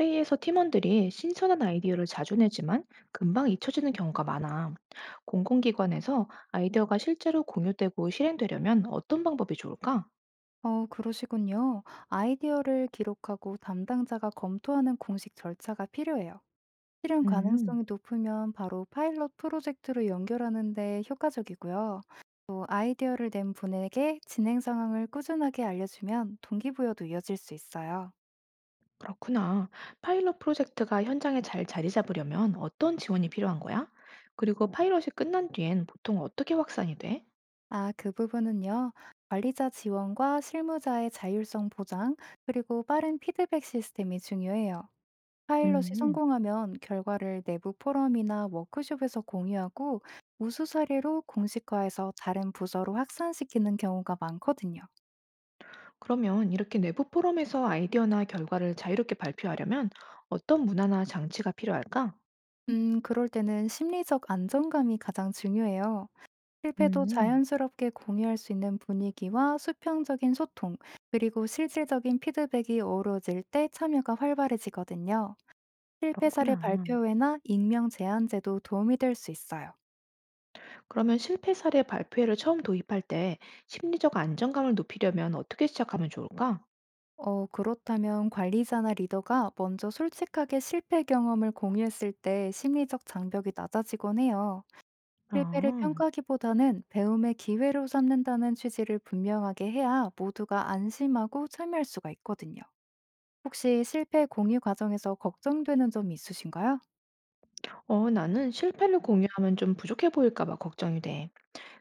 회의에서 팀원들이 신선한 아이디어를 자주 내지만 금방 잊혀지는 경우가 많아. 공공기관에서 아이디어가 실제로 공유되고 실행되려면 어떤 방법이 좋을까? 그러시군요. 아이디어를 기록하고 담당자가 검토하는 공식 절차가 필요해요. 실현 음, 가능성이 높으면 바로 파일럿 프로젝트로 연결하는데 효과적이고요. 또 아이디어를 낸 분에게 진행 상황을 꾸준하게 알려주면 동기부여도 이어질 수 있어요. 그렇구나. 파일럿 프로젝트가 현장에 잘 자리 잡으려면 어떤 지원이 필요한 거야? 그리고 파일럿이 끝난 뒤엔 보통 어떻게 확산이 돼? 아, 그 부분은요. 관리자 지원과 실무자의 자율성 보장, 그리고 빠른 피드백 시스템이 중요해요. 파일럿이 음. 성공하면 결과를 내부 포럼이나 워크숍에서 공유하고 우수 사례로 공식화해서 다른 부서로 확산시키는 경우가 많거든요. 그러면 이렇게 내부 포럼에서 아이디어나 결과를 자유롭게 발표하려면 어떤 문화나 장치가 필요할까? 그럴 때는 심리적 안정감이 가장 중요해요. 실패도 음. 자연스럽게 공유할 수 있는 분위기와 수평적인 소통, 그리고 실질적인 피드백이 어우러질 때 참여가 활발해지거든요. 실패 사례 그렇구나. 발표회나 익명 제한제도 도움이 될 수 있어요. 그러면 실패 사례 발표회를 처음 도입할 때 심리적 안정감을 높이려면 어떻게 시작하면 좋을까? 그렇다면 관리자나 리더가 먼저 솔직하게 실패 경험을 공유했을 때 심리적 장벽이 낮아지곤 해요. 실패를 아, 평가하기보다는 배움의 기회로 삼는다는 취지를 분명하게 해야 모두가 안심하고 참여할 수가 있거든요. 혹시 실패 공유 과정에서 걱정되는 점이 있으신가요? 어, 나는 실패를 공유하면 좀 부족해 보일까 봐 걱정이 돼.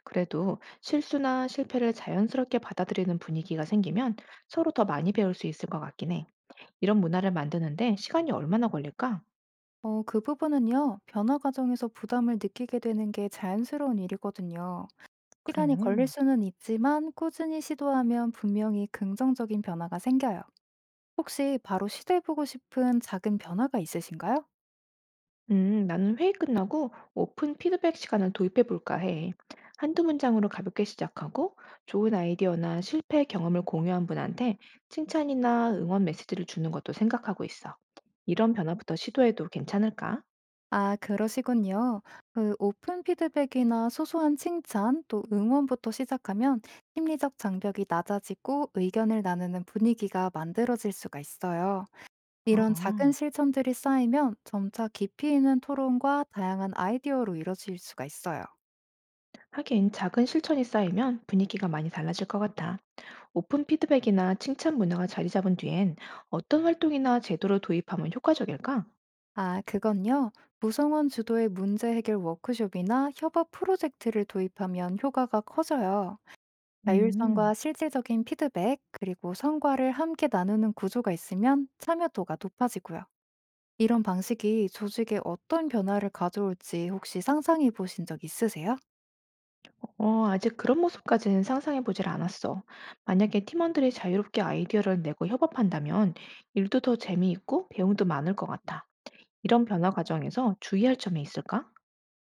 그래도 실수나 실패를 자연스럽게 받아들이는 분위기가 생기면 서로 더 많이 배울 수 있을 것 같긴 해. 이런 문화를 만드는데 시간이 얼마나 걸릴까? 그 부분은요, 변화 과정에서 부담을 느끼게 되는 게 자연스러운 일이거든요. 그래. 시간이 걸릴 수는 있지만 꾸준히 시도하면 분명히 긍정적인 변화가 생겨요. 혹시 바로 시도해보고 싶은 작은 변화가 있으신가요? 나는 회의 끝나고 오픈 피드백 시간을 도입해 볼까 해. 한두 문장으로 가볍게 시작하고 좋은 아이디어나 실패 경험을 공유한 분한테 칭찬이나 응원 메시지를 주는 것도 생각하고 있어. 이런 변화부터 시도해도 괜찮을까? 아, 그러시군요. 그 오픈 피드백이나 소소한 칭찬, 또 응원부터 시작하면 심리적 장벽이 낮아지고 의견을 나누는 분위기가 만들어질 수가 있어요. 이런 작은 어. 실천들이 쌓이면 점차 깊이 있는 토론과 다양한 아이디어로 이뤄질 수가 있어요. 하긴 작은 실천이 쌓이면 분위기가 많이 달라질 것 같아. 오픈 피드백이나 칭찬 문화가 자리 잡은 뒤엔 어떤 활동이나 제도를 도입하면 효과적일까? 아, 그건요. 구성원 주도의 문제 해결 워크숍이나 협업 프로젝트를 도입하면 효과가 커져요. 음. 자율성과 실질적인 피드백, 그리고 성과를 함께 나누는 구조가 있으면 참여도가 높아지고요. 이런 방식이 조직에 어떤 변화를 가져올지 혹시 상상해 보신 적 있으세요? 어, 아직 그런 모습까지는 상상해 보질 않았어. 만약에 팀원들이 자유롭게 아이디어를 내고 협업한다면 일도 더 재미있고 배움도 많을 것 같아. 이런 변화 과정에서 주의할 점이 있을까?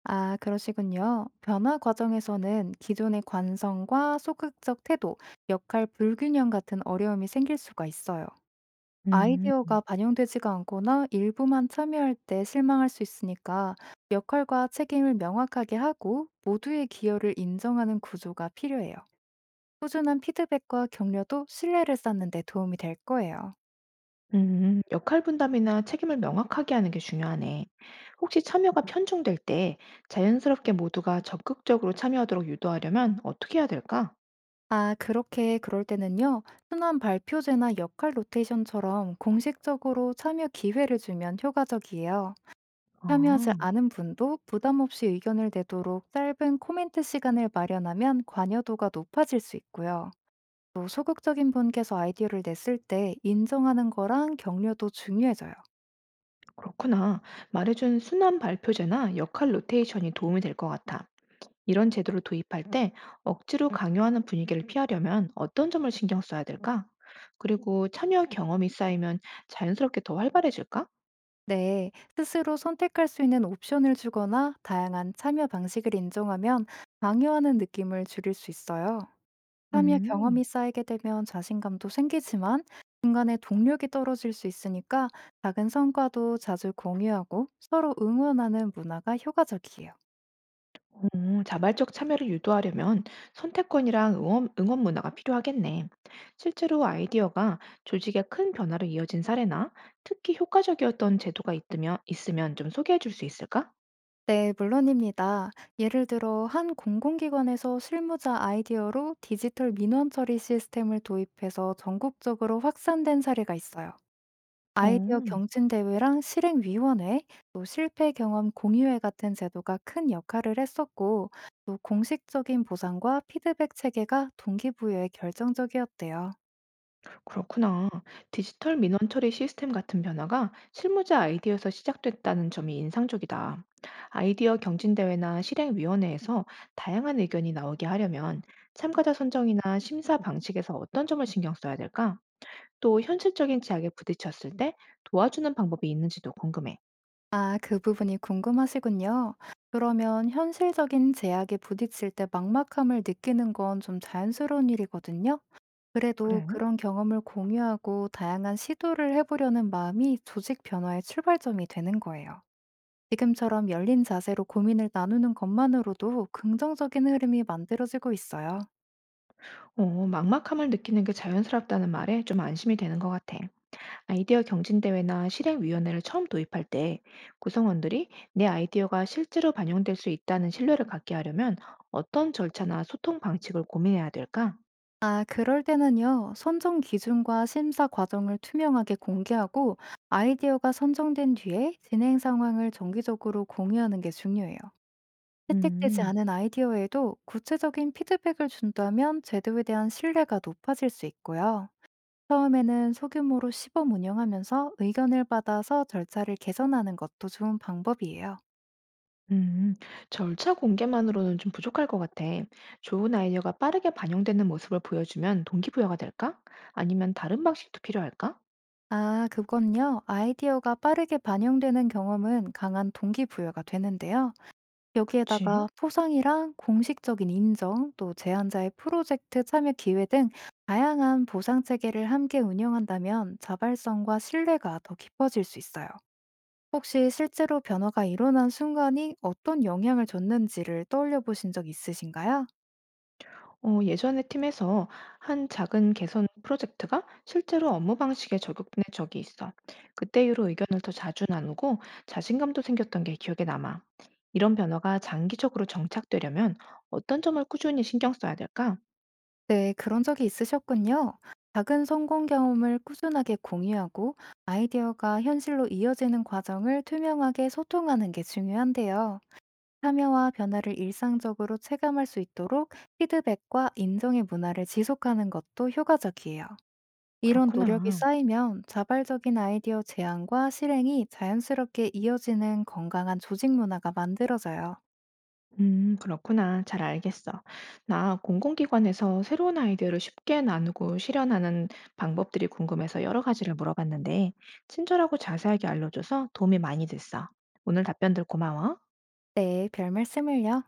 아, 그러시군요. 변화 과정에서는 기존의 관성과 소극적 태도, 역할 불균형 같은 어려움이 생길 수가 있어요. 음, 아이디어가 반영되지가 않거나 일부만 참여할 때 실망할 수 있으니까 역할과 책임을 명확하게 하고 모두의 기여를 인정하는 구조가 필요해요. 꾸준한 피드백과 격려도 신뢰를 쌓는 데 도움이 될 거예요. 음, 역할 분담이나 책임을 명확하게 하는 게 중요하네. 혹시 참여가 편중될 때 자연스럽게 모두가 적극적으로 참여하도록 유도하려면 어떻게 해야 될까? 아, 그렇게 그럴 때는요. 순환 발표제나 역할 로테이션처럼 공식적으로 참여 기회를 주면 효과적이에요. 참여하지 아, 않은 분도 부담 없이 의견을 내도록 짧은 코멘트 시간을 마련하면 관여도가 높아질 수 있고요. 또 소극적인 분께서 아이디어를 냈을 때 인정하는 거랑 격려도 중요해져요. 그렇구나. 말해준 순환 발표제나 역할 로테이션이 도움이 될 것 같아. 이런 제도를 도입할 때 억지로 강요하는 분위기를 피하려면 어떤 점을 신경 써야 될까? 그리고 참여 경험이 쌓이면 자연스럽게 더 활발해질까? 네, 스스로 선택할 수 있는 옵션을 주거나 다양한 참여 방식을 인정하면 강요하는 느낌을 줄일 수 있어요. 참여 경험이 음, 쌓이게 되면 자신감도 생기지만 중간에 동력이 떨어질 수 있으니까 작은 성과도 자주 공유하고 서로 응원하는 문화가 효과적이에요. 음, 자발적 참여를 유도하려면 선택권이랑 응원 문화가 필요하겠네. 실제로 아이디어가 조직의 큰 변화로 이어진 사례나 특히 효과적이었던 제도가 있으면 좀 소개해 줄 수 있을까? 네, 물론입니다. 예를 들어, 한 공공기관에서 실무자 아이디어로 디지털 민원 처리 시스템을 도입해서 전국적으로 확산된 사례가 있어요. 어. 아이디어 경진대회랑 실행위원회, 또 실패 경험 공유회 같은 제도가 큰 역할을 했었고, 또 공식적인 보상과 피드백 체계가 동기부여에 결정적이었대요. 그렇구나. 디지털 민원 처리 시스템 같은 변화가 실무자 아이디어에서 시작됐다는 점이 인상적이다. 아이디어 경진대회나 실행위원회에서 다양한 의견이 나오게 하려면 참가자 선정이나 심사 방식에서 어떤 점을 신경 써야 될까? 또 현실적인 제약에 부딪혔을 때 도와주는 방법이 있는지도 궁금해. 아, 그 부분이 궁금하시군요. 그러면 현실적인 제약에 부딪힐 때 막막함을 느끼는 건 좀 자연스러운 일이거든요. 그래도 그래요? 그런 경험을 공유하고 다양한 시도를 해보려는 마음이 조직 변화의 출발점이 되는 거예요. 지금처럼 열린 자세로 고민을 나누는 것만으로도 긍정적인 흐름이 만들어지고 있어요. 어, 막막함을 느끼는 게 자연스럽다는 말에 좀 안심이 되는 것 같아. 아이디어 경진대회나 실행위원회를 처음 도입할 때 구성원들이 내 아이디어가 실제로 반영될 수 있다는 신뢰를 갖게 하려면 어떤 절차나 소통 방식을 고민해야 될까? 아, 그럴 때는요, 선정 기준과 심사 과정을 투명하게 공개하고 아이디어가 선정된 뒤에 진행 상황을 정기적으로 공유하는 게 중요해요. 채택되지 음, 않은 아이디어에도 구체적인 피드백을 준다면 제도에 대한 신뢰가 높아질 수 있고요. 처음에는 소규모로 시범 운영하면서 의견을 받아서 절차를 개선하는 것도 좋은 방법이에요. 음, 절차 공개만으로는 좀 부족할 것 같아. 좋은 아이디어가 빠르게 반영되는 모습을 보여주면 동기부여가 될까? 아니면 다른 방식도 필요할까? 아, 그건요. 아이디어가 빠르게 반영되는 경험은 강한 동기부여가 되는데요. 여기에다가 그치. 포상이랑 공식적인 인정, 또 제안자의 프로젝트 참여 기회 등 다양한 보상 체계를 함께 운영한다면 자발성과 신뢰가 더 깊어질 수 있어요. 혹시 실제로 변화가 일어난 순간이 어떤 영향을 줬는지를 떠올려 보신 적 있으신가요? 어, 예전에 팀에서 한 작은 개선 프로젝트가 실제로 업무 방식에 적용된 적이 있어. 그때 이후로 의견을 더 자주 나누고 자신감도 생겼던 게 기억에 남아. 이런 변화가 장기적으로 정착되려면 어떤 점을 꾸준히 신경 써야 될까? 네, 그런 적이 있으셨군요. 작은 성공 경험을 꾸준하게 공유하고 아이디어가 현실로 이어지는 과정을 투명하게 소통하는 게 중요한데요. 참여와 변화를 일상적으로 체감할 수 있도록 피드백과 인정의 문화를 지속하는 것도 효과적이에요. 이런 노력이 그렇구나. 쌓이면 자발적인 아이디어 제안과 실행이 자연스럽게 이어지는 건강한 조직 문화가 만들어져요. 그렇구나. 잘 알겠어. 나 공공기관에서 새로운 아이디어를 쉽게 나누고 실현하는 방법들이 궁금해서 여러 가지를 물어봤는데, 친절하고 자세하게 알려줘서 도움이 많이 됐어. 오늘 답변들 고마워. 네, 별 말씀을요.